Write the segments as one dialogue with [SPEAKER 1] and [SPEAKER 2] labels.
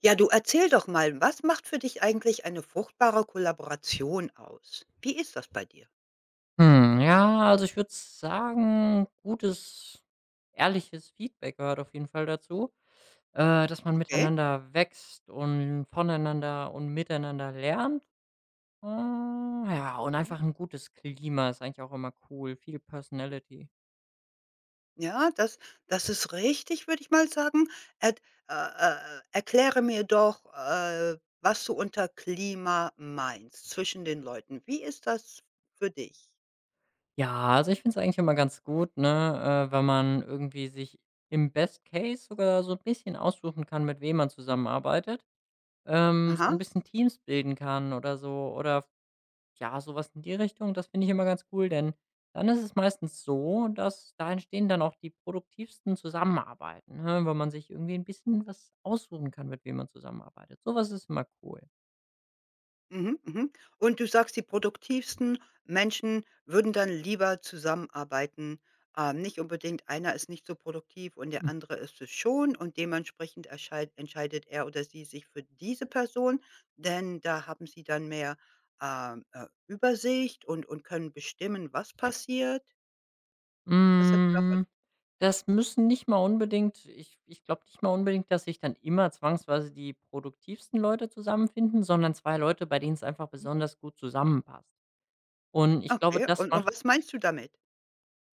[SPEAKER 1] Ja, du erzähl doch mal, was macht für dich eigentlich eine fruchtbare Kollaboration aus? Wie ist das bei dir?
[SPEAKER 2] Ja, also ich würde sagen, gutes, ehrliches Feedback gehört auf jeden Fall dazu. Dass man
[SPEAKER 1] Okay,
[SPEAKER 2] miteinander wächst und voneinander und miteinander lernt. Ja, und
[SPEAKER 1] okay.
[SPEAKER 2] einfach ein gutes Klima ist eigentlich auch immer cool, viel Personality.
[SPEAKER 1] Ja, das ist richtig, würde ich mal sagen. Et Erkläre mir doch, was du unter Klima meinst zwischen den Leuten. Wie ist das für dich?
[SPEAKER 2] Ja, also ich finde es eigentlich immer ganz gut, ne, wenn man irgendwie sich im Best Case sogar so ein bisschen aussuchen kann, mit wem man zusammenarbeitet, so ein
[SPEAKER 1] Aha.
[SPEAKER 2] bisschen Teams bilden kann oder so oder ja, sowas in die Richtung, das finde ich immer ganz cool, denn dann ist es meistens so, dass da entstehen dann auch die produktivsten Zusammenarbeiten, ne, wenn man sich irgendwie ein bisschen was aussuchen kann, mit wem man zusammenarbeitet. Sowas ist immer cool.
[SPEAKER 1] Mhm, mhm. Und du sagst, die produktivsten Menschen würden dann lieber zusammenarbeiten. Nicht unbedingt einer ist nicht so produktiv und der andere ist es schon und dementsprechend entscheidet er oder sie sich für diese Person, denn da haben sie dann mehr Übersicht und können bestimmen, was passiert. Was hast du davon?
[SPEAKER 2] Hm, das müssen nicht mal unbedingt ich glaube nicht mal unbedingt, dass sich dann immer zwangsweise die produktivsten Leute zusammenfinden, sondern 2 Leute, bei denen es einfach
[SPEAKER 1] Hm?
[SPEAKER 2] besonders gut zusammenpasst. Und ich glaube,
[SPEAKER 1] Okay,
[SPEAKER 2] das
[SPEAKER 1] und
[SPEAKER 2] macht
[SPEAKER 1] was meinst du damit?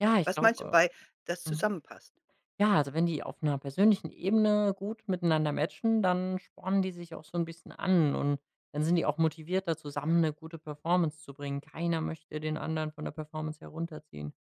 [SPEAKER 2] ja, ich
[SPEAKER 1] Was meinst du
[SPEAKER 2] glaube
[SPEAKER 1] bei, das
[SPEAKER 2] äh, mhm.
[SPEAKER 1] zusammenpasst?
[SPEAKER 2] Ja, also wenn die auf einer persönlichen Ebene gut miteinander matchen, dann spornen die sich auch so ein bisschen an und dann sind die auch motivierter, zusammen eine gute Performance zu bringen. Keiner möchte den anderen von der Performance herunterziehen.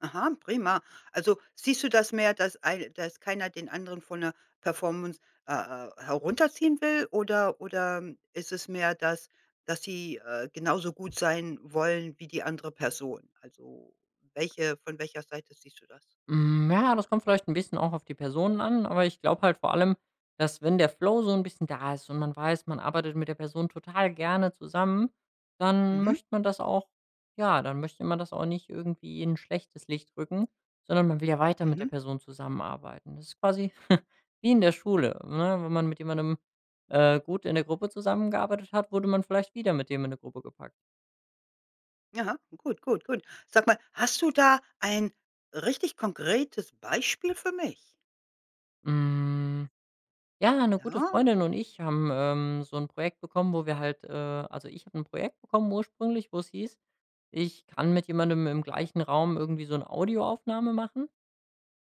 [SPEAKER 1] Aha, prima. Also, siehst du das mehr, dass keiner den anderen von der Performance, herunterziehen will oder ist es mehr, dass sie, genauso gut sein wollen wie die andere Person? Also, welche von welcher Seite siehst du das?
[SPEAKER 2] Ja, das kommt vielleicht ein bisschen auch auf die Personen an, aber ich glaube halt vor allem, dass wenn der Flow so ein bisschen da ist und man weiß, man arbeitet mit der Person total gerne zusammen, dann
[SPEAKER 1] Mhm,
[SPEAKER 2] möchte man das auch ja, dann möchte man das auch nicht irgendwie in ein schlechtes Licht rücken, sondern man will ja weiter mit der
[SPEAKER 1] mhm.
[SPEAKER 2] Person zusammenarbeiten. Das ist quasi wie in der Schule, ne? Wenn man mit jemandem, gut in der Gruppe zusammengearbeitet hat, wurde man vielleicht wieder mit dem in 'ne Gruppe gepackt.
[SPEAKER 1] Aha, gut, gut, gut. Sag mal, hast du da ein richtig konkretes Beispiel für mich?
[SPEAKER 2] Hm. Ja, eine gute
[SPEAKER 1] Ja,
[SPEAKER 2] Freundin und ich haben, so ein Projekt bekommen, wo wir halt, also, ich habe ein Projekt bekommen ursprünglich, wo es hieß, ich kann mit jemandem im gleichen Raum irgendwie so eine Audioaufnahme machen.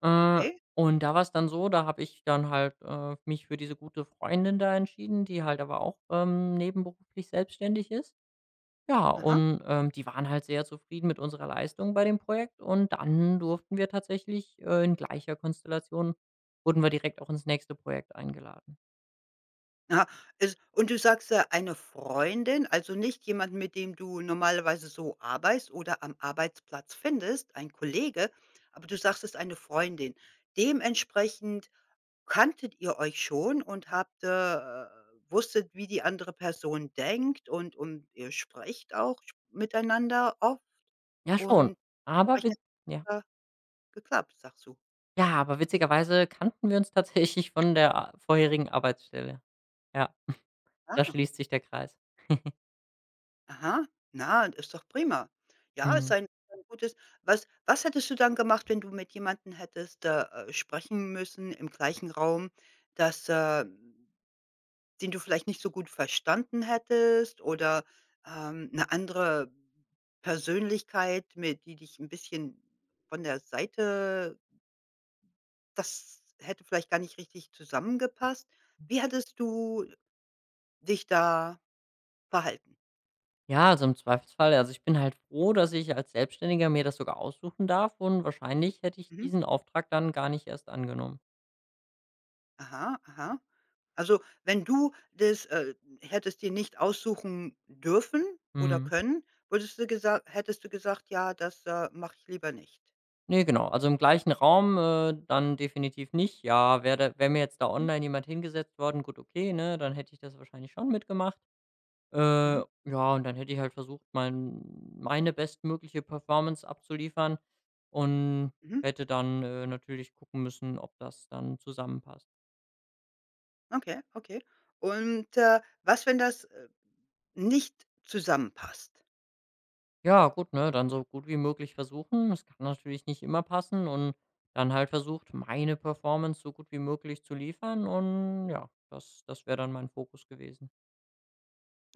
[SPEAKER 2] Äh,
[SPEAKER 1] okay.
[SPEAKER 2] und da war es dann so, da habe ich dann halt, mich für diese gute Freundin da entschieden, die halt aber auch, nebenberuflich selbstständig ist. Ja,
[SPEAKER 1] Aha.
[SPEAKER 2] und, die waren halt sehr zufrieden mit unserer Leistung bei dem Projekt und dann durften wir tatsächlich, in gleicher Konstellation wurden wir direkt auch ins nächste Projekt eingeladen.
[SPEAKER 1] Aha, es und du sagst ja, eine Freundin, also nicht jemand, mit dem du normalerweise so arbeitest oder am Arbeitsplatz findest, ein Kollege, aber du sagst, es ist eine Freundin. Dementsprechend kanntet ihr euch schon und habt, wusstet, wie die andere Person denkt und ihr sprecht auch miteinander oft
[SPEAKER 2] Ja, schon.
[SPEAKER 1] und
[SPEAKER 2] Aber
[SPEAKER 1] entsprechend
[SPEAKER 2] wit ja.
[SPEAKER 1] hat's, geklappt, sagst du.
[SPEAKER 2] Ja, aber witzigerweise kannten wir uns tatsächlich von der a vorherigen Arbeitsstelle. Ja, da
[SPEAKER 1] Ah.
[SPEAKER 2] schließt sich der Kreis.
[SPEAKER 1] Aha, na, ist doch prima. Ja, ist
[SPEAKER 2] Mhm.
[SPEAKER 1] ein gutes was hättest du dann gemacht, wenn du mit jemanden hättest, sprechen müssen im gleichen Raum, dass, äh den du vielleicht nicht so gut verstanden hättest oder, 'ne andere Persönlichkeit, mit die dich ein bisschen von der Seite das hätte vielleicht gar nicht richtig zusammengepasst. Wie hättest du dich da verhalten?
[SPEAKER 2] Ja, also im Zweifelsfall also, ich bin halt froh, dass ich als Selbstständiger mir das sogar aussuchen darf und wahrscheinlich hätte ich
[SPEAKER 1] Mhm.
[SPEAKER 2] diesen Auftrag dann gar nicht erst angenommen.
[SPEAKER 1] Aha, aha. Also, wenn du das, hättest dir nicht aussuchen dürfen oder
[SPEAKER 2] Mhm.
[SPEAKER 1] können, würdest du gesa hättest du gesagt: „Ja, das, mache ich lieber nicht.“
[SPEAKER 2] Ne, genau. Also, im gleichen Raum, dann definitiv nicht. Ja, wäre mir jetzt da
[SPEAKER 1] Mhm,
[SPEAKER 2] online jemand hingesetzt worden, gut, okay, ne, dann hätte ich das wahrscheinlich schon mitgemacht. Äh,
[SPEAKER 1] mhm,
[SPEAKER 2] ja, und dann hätte ich halt versucht, meine bestmögliche Performance abzuliefern und
[SPEAKER 1] mhm.
[SPEAKER 2] hätte dann, natürlich gucken müssen, ob das dann zusammenpasst.
[SPEAKER 1] Okay, okay. Und, was, wenn das, nicht zusammenpasst?
[SPEAKER 2] Ja, gut, ne, dann so gut wie möglich versuchen. Es kann natürlich nicht immer passen und dann halt versucht, meine Performance so gut wie möglich zu liefern und ja, das wäre dann mein Fokus gewesen.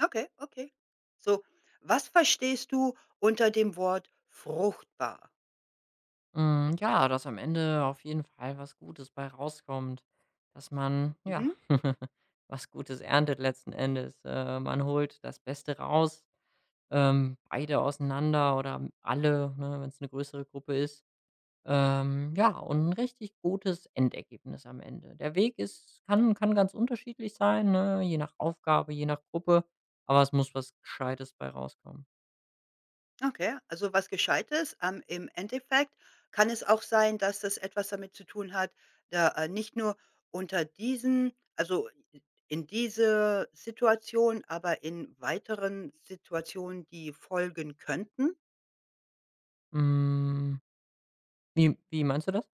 [SPEAKER 1] Okay, okay. So, was verstehst du unter dem Wort fruchtbar?
[SPEAKER 2] Ja, dass am Ende auf jeden Fall was Gutes bei rauskommt, dass man, ja,
[SPEAKER 1] Mhm.
[SPEAKER 2] was Gutes erntet letzten Endes. Man holt das Beste raus, beide auseinander oder alle, ne, wenn es eine größere Gruppe ist. Ja, und 'n richtig gutes Endergebnis am Ende. Der Weg ist kann ganz unterschiedlich sein, ne, je nach Aufgabe, je nach Gruppe, aber es muss was Gescheites bei rauskommen.
[SPEAKER 1] Okay, also was Gescheites. Im Endeffekt kann es auch sein, dass das etwas damit zu tun hat, da, nicht nur unter diesen also in diese Situation, aber in weiteren Situationen, die folgen könnten?
[SPEAKER 2] Hm, wie meinst du das?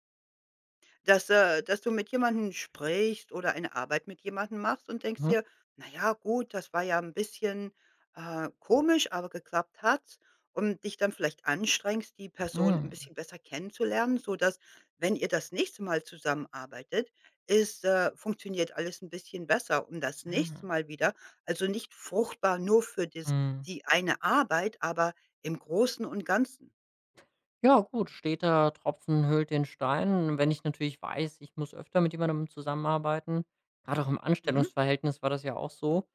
[SPEAKER 1] Dass du mit jemandem sprichst oder eine Arbeit mit jemandem machst und denkst
[SPEAKER 2] Mhm.
[SPEAKER 1] dir: „Na ja, gut, das war ja ein bisschen, komisch, aber geklappt hat's.“ Und dich dann vielleicht anstrengst, die Person ein
[SPEAKER 2] Hm.
[SPEAKER 1] bisschen besser kennenzulernen, sodass, wenn ihr das nächste Mal zusammenarbeitet, ist funktioniert alles ein bisschen besser um das nächste
[SPEAKER 2] Ah.
[SPEAKER 1] Mal wieder also, nicht fruchtbar nur für das
[SPEAKER 2] Mhm.
[SPEAKER 1] die eine Arbeit, aber im Großen und Ganzen.
[SPEAKER 2] Ja gut, steter Tropfen höhlt den Stein. Wenn ich natürlich weiß, ich muss öfter mit jemandem zusammenarbeiten, gerade auch im
[SPEAKER 1] Mhm,
[SPEAKER 2] Anstellungsverhältnis war das ja auch so,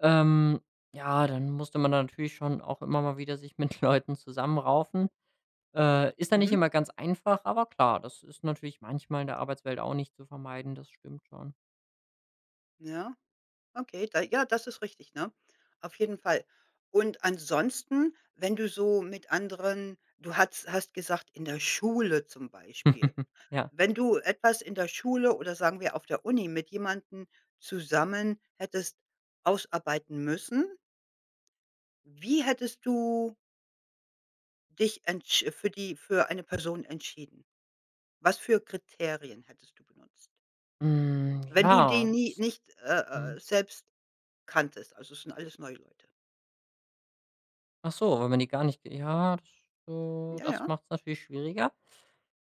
[SPEAKER 2] ähm, ja, dann musste man da natürlich schon auch immer mal wieder sich mit Leuten zusammenraufen. Ist dann nicht
[SPEAKER 1] mhm,
[SPEAKER 2] immer ganz einfach, aber klar, das ist natürlich manchmal in der Arbeitswelt auch nicht zu vermeiden, das stimmt schon.
[SPEAKER 1] ja. Okay, da ja, das ist richtig, ne? Auf jeden Fall. Und ansonsten, wenn du so mit anderen du hast gesagt, in der Schule zum Beispiel.
[SPEAKER 2] Ja.
[SPEAKER 1] Wenn du etwas in der Schule oder sagen wir auf der Uni mit jemandem zusammen hättest ausarbeiten müssen, wie hättest du dich entsch für die für eine Person entschieden? Was für Kriterien hättest du benutzt,
[SPEAKER 2] Hm,
[SPEAKER 1] wenn du die
[SPEAKER 2] ja,
[SPEAKER 1] nie
[SPEAKER 2] das
[SPEAKER 1] nicht,
[SPEAKER 2] mhm.
[SPEAKER 1] selbst kanntest? Also, es sind alles neue Leute.
[SPEAKER 2] Ach so, weil man die gar nicht ge- ja, das,
[SPEAKER 1] Ja,
[SPEAKER 2] das
[SPEAKER 1] ja.
[SPEAKER 2] macht's natürlich schwieriger.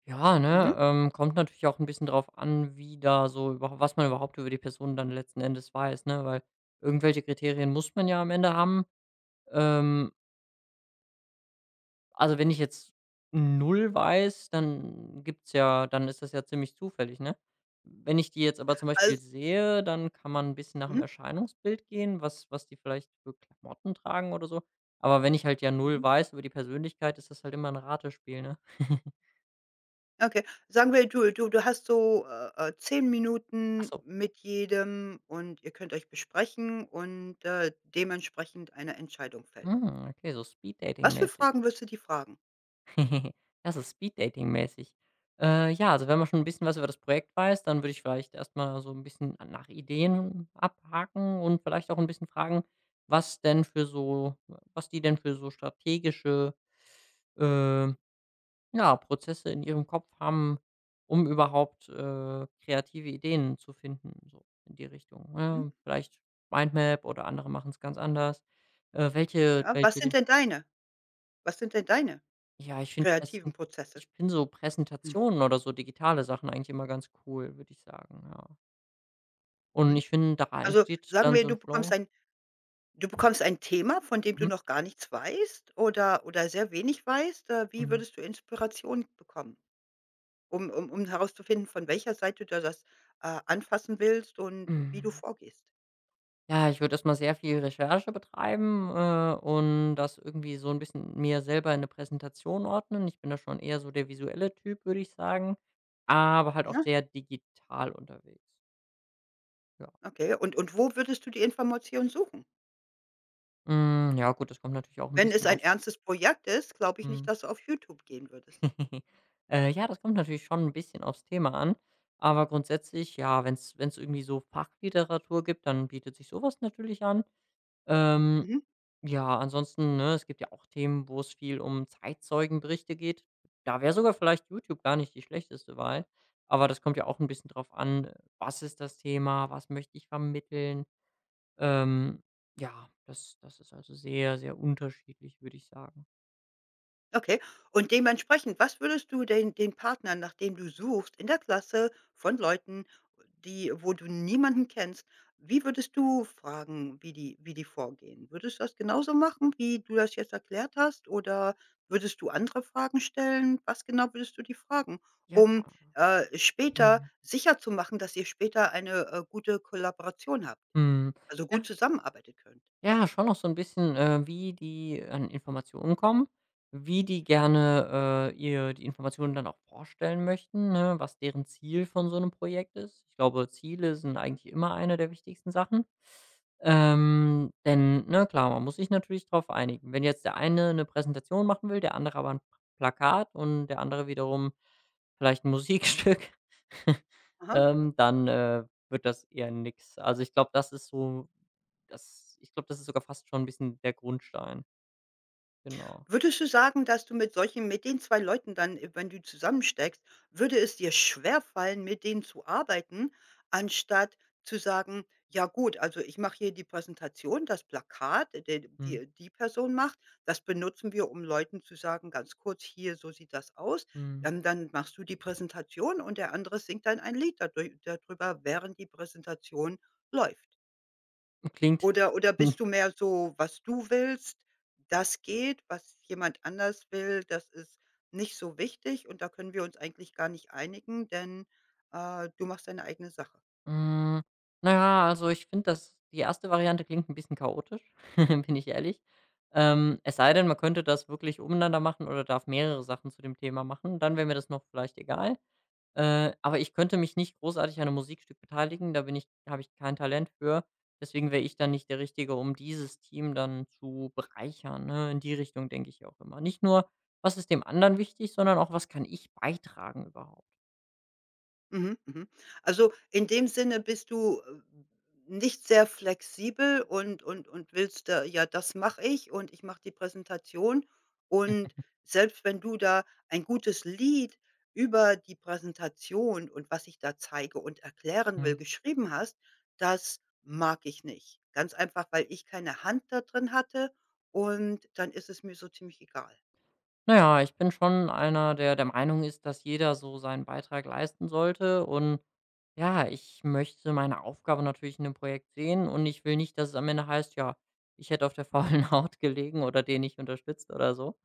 [SPEAKER 2] Ja,
[SPEAKER 1] Mhm.
[SPEAKER 2] ne, kommt natürlich auch ein bisschen drauf an, wie da so überha was man überhaupt über die Person dann letzten Endes weiß, ne? Weil irgendwelche Kriterien muss man ja am Ende haben. Ähm also, wenn ich jetzt null weiß, dann gibt's ja dann ist das ja ziemlich zufällig, ne? Wenn ich die jetzt aber zum Beispiel
[SPEAKER 1] Also
[SPEAKER 2] sehe, dann kann man ein bisschen nach dem
[SPEAKER 1] mhm,
[SPEAKER 2] Erscheinungsbild gehen, was die vielleicht für Klamotten tragen oder so. Aber wenn ich halt ja null
[SPEAKER 1] mhm.
[SPEAKER 2] weiß über die Persönlichkeit, ist das halt immer ein Ratespiel, ne?
[SPEAKER 1] Okay. Sagen wir, du hast so, 10
[SPEAKER 2] Ach
[SPEAKER 1] Minuten
[SPEAKER 2] so.
[SPEAKER 1] mit jedem und ihr könnt euch besprechen und, dementsprechend eine Entscheidung fällen.
[SPEAKER 2] Hm, okay, so
[SPEAKER 1] Was für
[SPEAKER 2] speeddating-mäßig.
[SPEAKER 1] Fragen wirst du die fragen?
[SPEAKER 2] Das ist Speed-Dating-mäßig. Ja, also wenn man schon ein bisschen was über das Projekt weiß, dann würde ich vielleicht erst mal so ein bisschen nach Ideen abhaken und vielleicht auch ein bisschen fragen, was denn für so was die denn für so strategische, ähm, ja, Prozesse in ihrem Kopf haben, um überhaupt, kreative Ideen zu finden, so in die Richtung,
[SPEAKER 1] Hm?
[SPEAKER 2] ne? Vielleicht Mindmap oder andere machen es ganz anders. Äh, welche
[SPEAKER 1] Ja,
[SPEAKER 2] welche
[SPEAKER 1] was sind denn deine
[SPEAKER 2] ja,
[SPEAKER 1] kreativen
[SPEAKER 2] ich
[SPEAKER 1] Prozesse?
[SPEAKER 2] finde so
[SPEAKER 1] Hm,
[SPEAKER 2] Präsentationen oder so digitale Sachen eigentlich immer ganz cool, würde ich sagen, ja. Und
[SPEAKER 1] mhm.
[SPEAKER 2] ich finde, da
[SPEAKER 1] Also,
[SPEAKER 2] entsteht
[SPEAKER 1] sagen
[SPEAKER 2] dann so
[SPEAKER 1] wir,
[SPEAKER 2] 'n Flow.
[SPEAKER 1] du bekommst ein Thema, von dem du
[SPEAKER 2] Mhm.
[SPEAKER 1] noch gar nichts weißt oder sehr wenig weißt, wie
[SPEAKER 2] Mhm.
[SPEAKER 1] würdest du Inspiration bekommen? Um herauszufinden, von welcher Seite du das, anfassen willst und wie du
[SPEAKER 2] Hm,
[SPEAKER 1] vorgehst,
[SPEAKER 2] ja, ich würde erst mal sehr viel Recherche betreiben, und das irgendwie so 'n bisschen mir selber in 'ne Präsentation ordnen. Ich bin da schon eher so der visuelle Typ, würde ich sagen, aber halt auch
[SPEAKER 1] Mhm.
[SPEAKER 2] sehr digital unterwegs. Ja.
[SPEAKER 1] okay? Und wo würdest du die Information suchen?
[SPEAKER 2] Ja gut, das kommt natürlich auch 'n
[SPEAKER 1] Wenn es
[SPEAKER 2] bisschen
[SPEAKER 1] ein
[SPEAKER 2] aufs
[SPEAKER 1] ernstes Projekt ist, glaube ich
[SPEAKER 2] mhm.
[SPEAKER 1] nicht, dass du auf YouTube gehen würdest.
[SPEAKER 2] Ja, das kommt natürlich schon ein bisschen aufs Thema an, aber grundsätzlich, ja, wenn es irgendwie so Fachliteratur gibt, dann bietet sich sowas natürlich an. Ähm,
[SPEAKER 1] Mhm.
[SPEAKER 2] ja, ansonsten, ne, es gibt ja auch Themen, wo es viel um Zeitzeugenberichte geht. Da wäre sogar vielleicht YouTube gar nicht die schlechteste Wahl, aber das kommt ja auch ein bisschen drauf an, was ist das Thema, was möchte ich vermitteln? Ähm, ja, das ist also sehr, sehr unterschiedlich, würde ich sagen.
[SPEAKER 1] Okay. Und dementsprechend, was würdest du denn den Partner, nach dem du suchst, in der Klasse von Leuten, die wo du niemanden kennst, wie würdest du fragen, wie die vorgehen? Würdest du das genauso machen, wie du das jetzt erklärt hast? Oder würdest du andere Fragen stellen? Was genau würdest du die fragen,
[SPEAKER 2] Ja.
[SPEAKER 1] um, später
[SPEAKER 2] Mhm.
[SPEAKER 1] sicher zu machen, dass ihr später eine, gute Kollaboration habt,
[SPEAKER 2] Mhm.
[SPEAKER 1] also gut
[SPEAKER 2] Ja.
[SPEAKER 1] zusammenarbeiten könnt?
[SPEAKER 2] Ja, schon noch so ein bisschen, wie die an Informationen kommen, wie die gerne, ihr die Informationen dann auch vorstellen möchten, ne, was deren Ziel von so einem Projekt ist. Ich glaube, Ziele sind eigentlich immer eine der wichtigsten Sachen. Denn, ne, klar, man muss sich natürlich darauf einigen. Wenn jetzt der eine Präsentation machen will, der andere aber 'n Plakat und der andere wiederum vielleicht ein Musikstück,
[SPEAKER 1] Aha.
[SPEAKER 2] dann, wird das eher nix. Also, ich glaube, das ist so das ich glaube, das ist sogar fast schon ein bisschen der Grundstein. Genau.
[SPEAKER 1] Würdest du sagen, dass du mit den 2 Leuten dann, wenn du zusammensteckst würde es dir schwerfallen, mit denen zu arbeiten, anstatt zu sagen: „Ja gut, also ich mache hier die Präsentation, das Plakat, de die
[SPEAKER 2] Mhm,
[SPEAKER 1] die Person macht, das benutzen wir, um Leuten zu sagen, ganz kurz: ‚Hier, so sieht das aus.‘“
[SPEAKER 2] mhm.
[SPEAKER 1] Dann machst du die Präsentation und der andere singt dann ein Lied dadurch dadrüber, während die Präsentation läuft.
[SPEAKER 2] Klingt
[SPEAKER 1] Oder
[SPEAKER 2] hm,
[SPEAKER 1] bist du mehr so, was du willst, das geht, was jemand anders will, das ist nicht so wichtig und da können wir uns eigentlich gar nicht einigen, denn, du machst deine eigene Sache?
[SPEAKER 2] hm, na ja, also, ich finde, dass die erste Variante klingt ein bisschen chaotisch, bin ich ehrlich. Es sei denn, man könnte das wirklich umeinander machen oder darf mehrere Sachen zu dem Thema machen, dann wäre mir das noch vielleicht egal. Aber ich könnte mich nicht großartig an einem Musikstück beteiligen, da bin ich habe ich kein Talent für. Deswegen wäre ich dann nicht der Richtige, um dieses Team dann zu bereichern, ne? In die Richtung denke ich ja auch immer. Nicht nur, was ist dem anderen wichtig, sondern auch, was kann ich beitragen überhaupt?
[SPEAKER 1] Mhm, mhm. Also, in dem Sinne bist du, nicht sehr flexibel und willst: „Ja, das mache ich und ich mache die Präsentation.“ Und selbst wenn du da ein gutes Lied über die Präsentation und was ich da zeige und erklären
[SPEAKER 2] Mhm.
[SPEAKER 1] will, geschrieben hast, das mag ich nicht. Ganz einfach, weil ich keine Hand da drin hatte und dann ist es mir so ziemlich egal.
[SPEAKER 2] Na ja, ich bin schon einer, der der Meinung ist, dass jeder so seinen Beitrag leisten sollte und ja, ich möchte meine Aufgabe natürlich in dem Projekt sehen und ich will nicht, dass es am Ende heißt: „Ja, ich hätte auf der faulen Haut gelegen oder den nicht unterstützt“ oder so.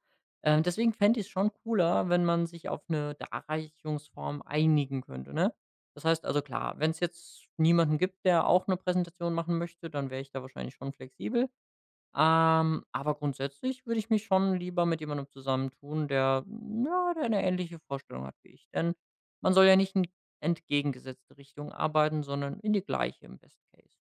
[SPEAKER 2] Deswegen fände ich es schon cooler, wenn man sich auf eine Darreichungsform einigen könnte, ne? Das heißt also, klar, wenn es jetzt niemanden gibt, der auch eine Präsentation machen möchte, dann wäre ich da wahrscheinlich schon flexibel. Aber grundsätzlich würde ich mich schon lieber mit jemandem zusammentun, der, ja, der 'ne ähnliche Vorstellung hat wie ich. Denn man soll ja nicht in entgegengesetzte Richtung arbeiten, sondern in die gleiche im Best Case.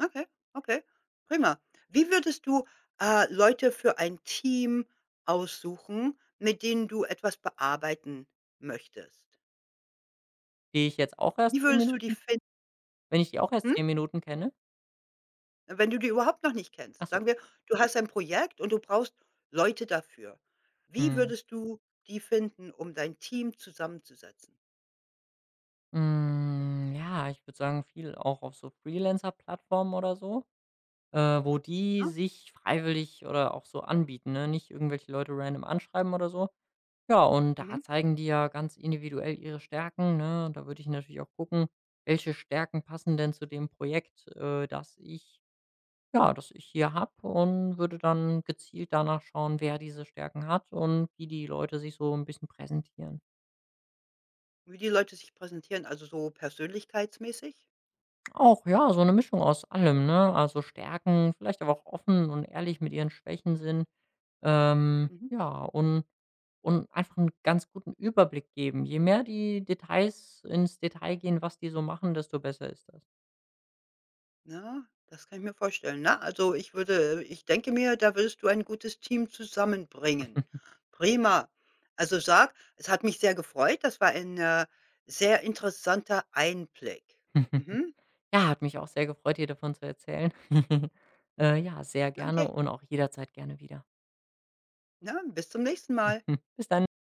[SPEAKER 1] Okay, okay, prima. Wie würdest du, Leute für ein Team aussuchen, mit denen du etwas bearbeiten möchtest?
[SPEAKER 2] Die ich jetzt auch erst
[SPEAKER 1] Wie
[SPEAKER 2] 10
[SPEAKER 1] würdest du die
[SPEAKER 2] Minuten
[SPEAKER 1] finden,
[SPEAKER 2] wenn ich die auch erst 10 Minuten kenne?
[SPEAKER 1] wenn du die überhaupt noch nicht
[SPEAKER 2] Ach
[SPEAKER 1] kennst?
[SPEAKER 2] so,
[SPEAKER 1] Sagen wir, du hast ein Projekt und du brauchst Leute dafür. Wie
[SPEAKER 2] mhm.
[SPEAKER 1] würdest du die finden, um dein Team zusammenzusetzen?
[SPEAKER 2] Ja, ich würde sagen, viel auch auf so Freelancer-Plattformen oder so, wo die
[SPEAKER 1] Ne?
[SPEAKER 2] sich freiwillig oder auch so anbieten, ne? Nicht irgendwelche Leute random anschreiben oder so, ja, und da
[SPEAKER 1] Mhm.
[SPEAKER 2] zeigen die ja ganz individuell ihre Stärken, ne? Da würde ich natürlich auch gucken, welche Stärken passen denn zu dem Projekt, das ich ja, das ich hier habe und würde dann gezielt danach schauen, wer diese Stärken hat und wie die Leute sich so ein bisschen präsentieren.
[SPEAKER 1] Wie die Leute sich präsentieren, also so persönlichkeitsmäßig?
[SPEAKER 2] Auch, ja, so eine Mischung aus allem, ne? Also, Stärken, vielleicht aber auch offen und ehrlich mit ihren Schwächen sind,
[SPEAKER 1] Mhm.
[SPEAKER 2] ja, und einfach einen ganz guten Überblick geben. Je mehr die Details ins Detail gehen, was die so machen, desto besser ist das.
[SPEAKER 1] Ja, das kann ich mir vorstellen, ne? Also, ich denke mir, da würdest du ein gutes Team zusammenbringen. Prima. Also, sag, es hat mich sehr gefreut. Das war ein, sehr interessanter Einblick. Mhm.
[SPEAKER 2] Ja, hat mich auch sehr gefreut, dir davon zu erzählen. Ja, sehr gerne
[SPEAKER 1] Okay,
[SPEAKER 2] und auch jederzeit gerne wieder.
[SPEAKER 1] na, bis zum nächsten Mal.
[SPEAKER 2] Bis dann.